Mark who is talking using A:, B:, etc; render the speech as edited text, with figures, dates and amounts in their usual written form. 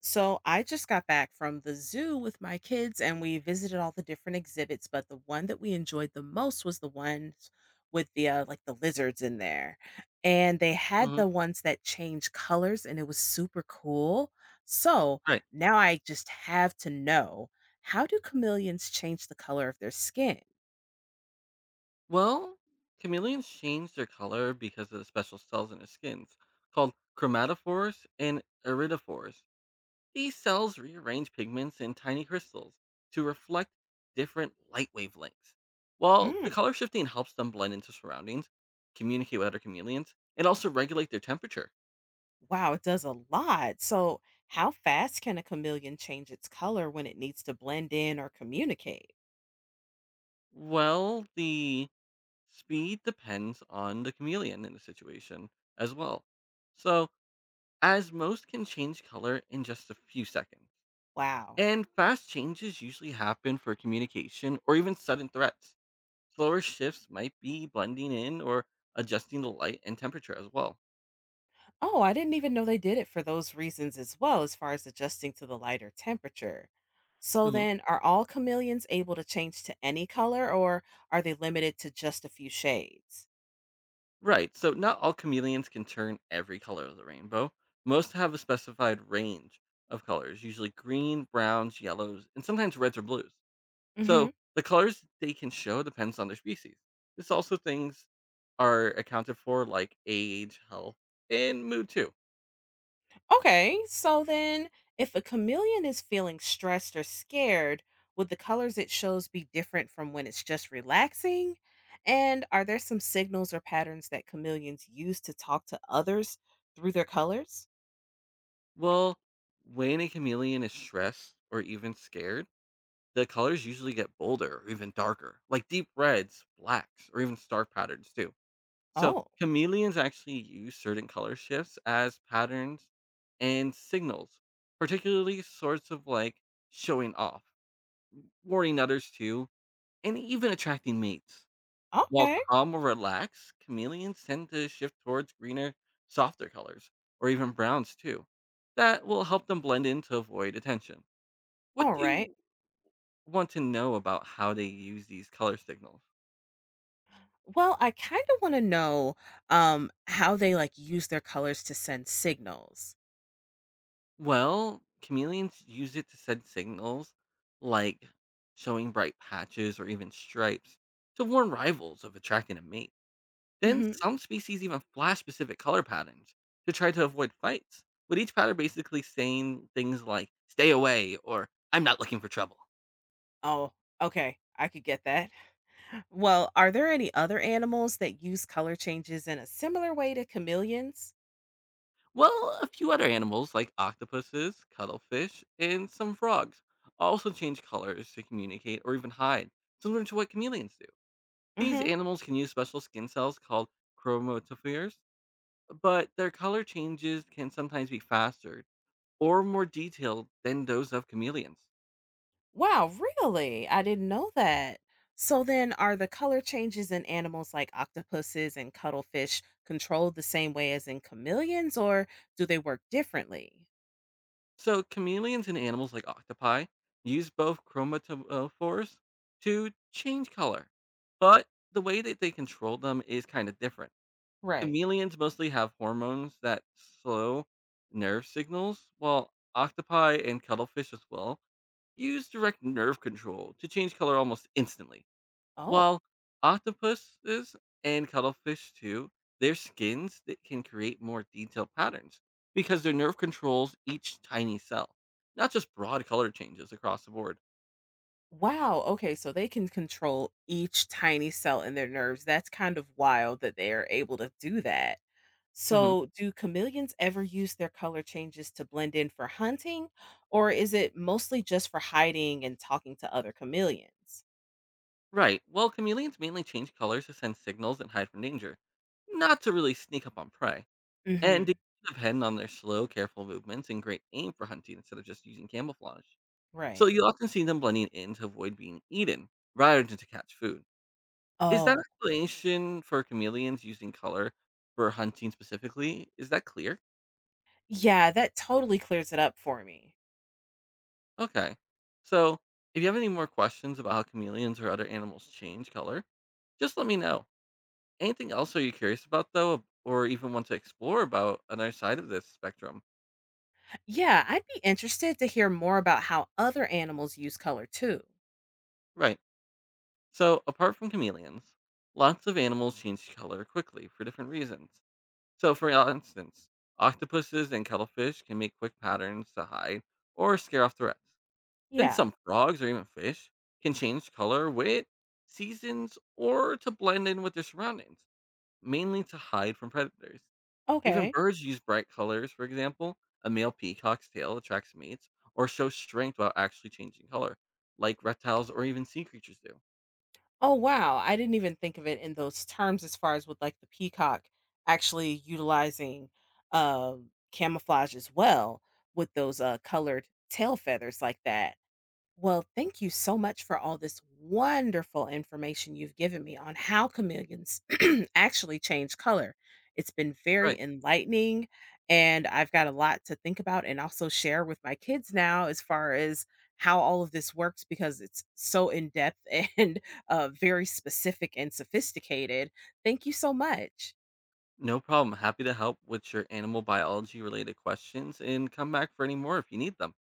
A: So I just got back from the zoo with my kids and we visited all the different exhibits, but the one that we enjoyed the most was the ones with the like the lizards in there. And they had
B: Hmm.
A: the ones that change colors and it was super cool. So
B: Right.
A: now I just have to know, how do chameleons change the color of their skin?
B: Well, chameleons change their color because of the special cells in their skins called chromatophores and iridophores. These cells rearrange pigments in tiny crystals to reflect different light wavelengths. While the
A: Mm,
B: color shifting helps them blend into surroundings, communicate with other chameleons, and also regulate their temperature.
A: wow, it does a lot. So how fast can a chameleon change its color when it needs to blend in or communicate?
B: Well, the speed depends on the chameleon in the situation as well. So, as most can change color in just a few seconds.
A: Wow.
B: And fast changes usually happen for communication or even sudden threats. Slower shifts might be blending in or adjusting the light and temperature as well.
A: Oh, I didn't even know they did it for those reasons as well, as far as adjusting to the lighter temperature. So
B: Hmm.
A: then, are all chameleons able to change to any color, or are they limited to just a few shades?
B: Right, so not all chameleons can turn every color of the rainbow. Most have a specified range of colors, usually green, browns, yellows, and sometimes reds or blues.
A: Hmm.
B: So the colors they can show depends on their species. This also things are accounted for like age, health, and mood too.
A: Okay, so then, if a chameleon is feeling stressed or scared, would the colors it shows be different from when it's just relaxing? And are there some signals or patterns that chameleons use to talk to others through their colors?
B: Well, when a chameleon is stressed or even scared, the colors usually get bolder or even darker, like deep reds, blacks, or even star patterns too. So
A: Oh,
B: chameleons actually use certain color shifts as patterns and signals, particularly sorts of like showing off, warning others too, and even attracting mates. While
A: okay.
B: calm or relaxed, chameleons tend to shift towards greener, softer colors, or even browns too. That will help them blend in to avoid attention. What
A: All
B: do
A: right.
B: you want to know about how they use these color signals?
A: Well, I kind of want to know how they like use their colors to send signals.
B: Well, chameleons use it to send signals like showing bright patches or even stripes to warn rivals of attracting a mate. Then
A: Hmm.
B: some species even flash specific color patterns to try to avoid fights, with each pattern basically saying things like, stay away or I'm not looking for trouble.
A: Oh, okay. I could get that. Well, are there any other animals that use color changes in a similar way to chameleons?
B: Well, a few other animals like octopuses, cuttlefish, and some frogs also change colors to communicate or even hide, similar to what chameleons do. These
A: Hmm.
B: animals can use special skin cells called chromatophores, but their color changes can sometimes be faster or more detailed than those of chameleons.
A: Wow, really? I didn't know that. So then, are the color changes in animals like octopuses and cuttlefish controlled the same way as in chameleons, or do they work differently?
B: So chameleons and animals like octopi use both chromatophores to change color, but the way that they control them is kind of different.
A: Right.
B: Chameleons mostly have hormones that slow nerve signals, while octopi and cuttlefish as well use direct nerve control to change color almost instantly.
A: Oh.
B: While octopuses and cuttlefish too, their skins that can create more detailed patterns because their nerve controls each tiny cell, not just broad color changes across the board.
A: Wow. Okay. So they can control each tiny cell in their nerves. That's kind of wild that they are able to do that.
B: Hmm.
A: So, do chameleons ever use their color changes to blend in for hunting, or is it mostly just for hiding and talking to other chameleons?
B: Right. Well, chameleons mainly change colors to send signals and hide from danger, not to really sneak up on prey, and to
A: Hmm.
B: depend on their slow, careful movements and great aim for hunting instead of just using camouflage. So
A: Right.
B: you often see them blending in to avoid being eaten rather than to catch food. Is that
A: Oh,
B: explanation for chameleons using color for hunting specifically, is that clear?
A: yeah, that totally clears it up for me.
B: Okay. So, if you have any more questions about how chameleons or other animals change color, just let me know. Anything else are you curious about though or even want to explore about another side of this spectrum?
A: Yeah, I'd be interested to hear more about how other animals use color too.
B: Right. So, apart from chameleons, lots of animals change color quickly for different reasons. So, for instance, octopuses and cuttlefish can make quick patterns to hide or scare off threats. Then
A: Yeah.
B: some frogs or even fish can change color with seasons or to blend in with their surroundings, mainly to hide from predators. Even
A: Okay.
B: birds use bright colors. For example, a male peacock's tail attracts mates or shows strength while actually changing color, like reptiles or even sea creatures do.
A: Oh, wow. I didn't even think of it in those terms as far as with like the peacock actually utilizing camouflage as well with those colored tail feathers like that. Well, thank you so much for all this wonderful information you've given me on how chameleons actually change color. It's been very
B: Right.
A: enlightening, and I've got a lot to think about and also share with my kids now as far as how all of this works because it's so in depth and very specific and sophisticated. Thank you so much.
B: No problem. Happy to help with your animal biology related questions and come back for any more if you need them.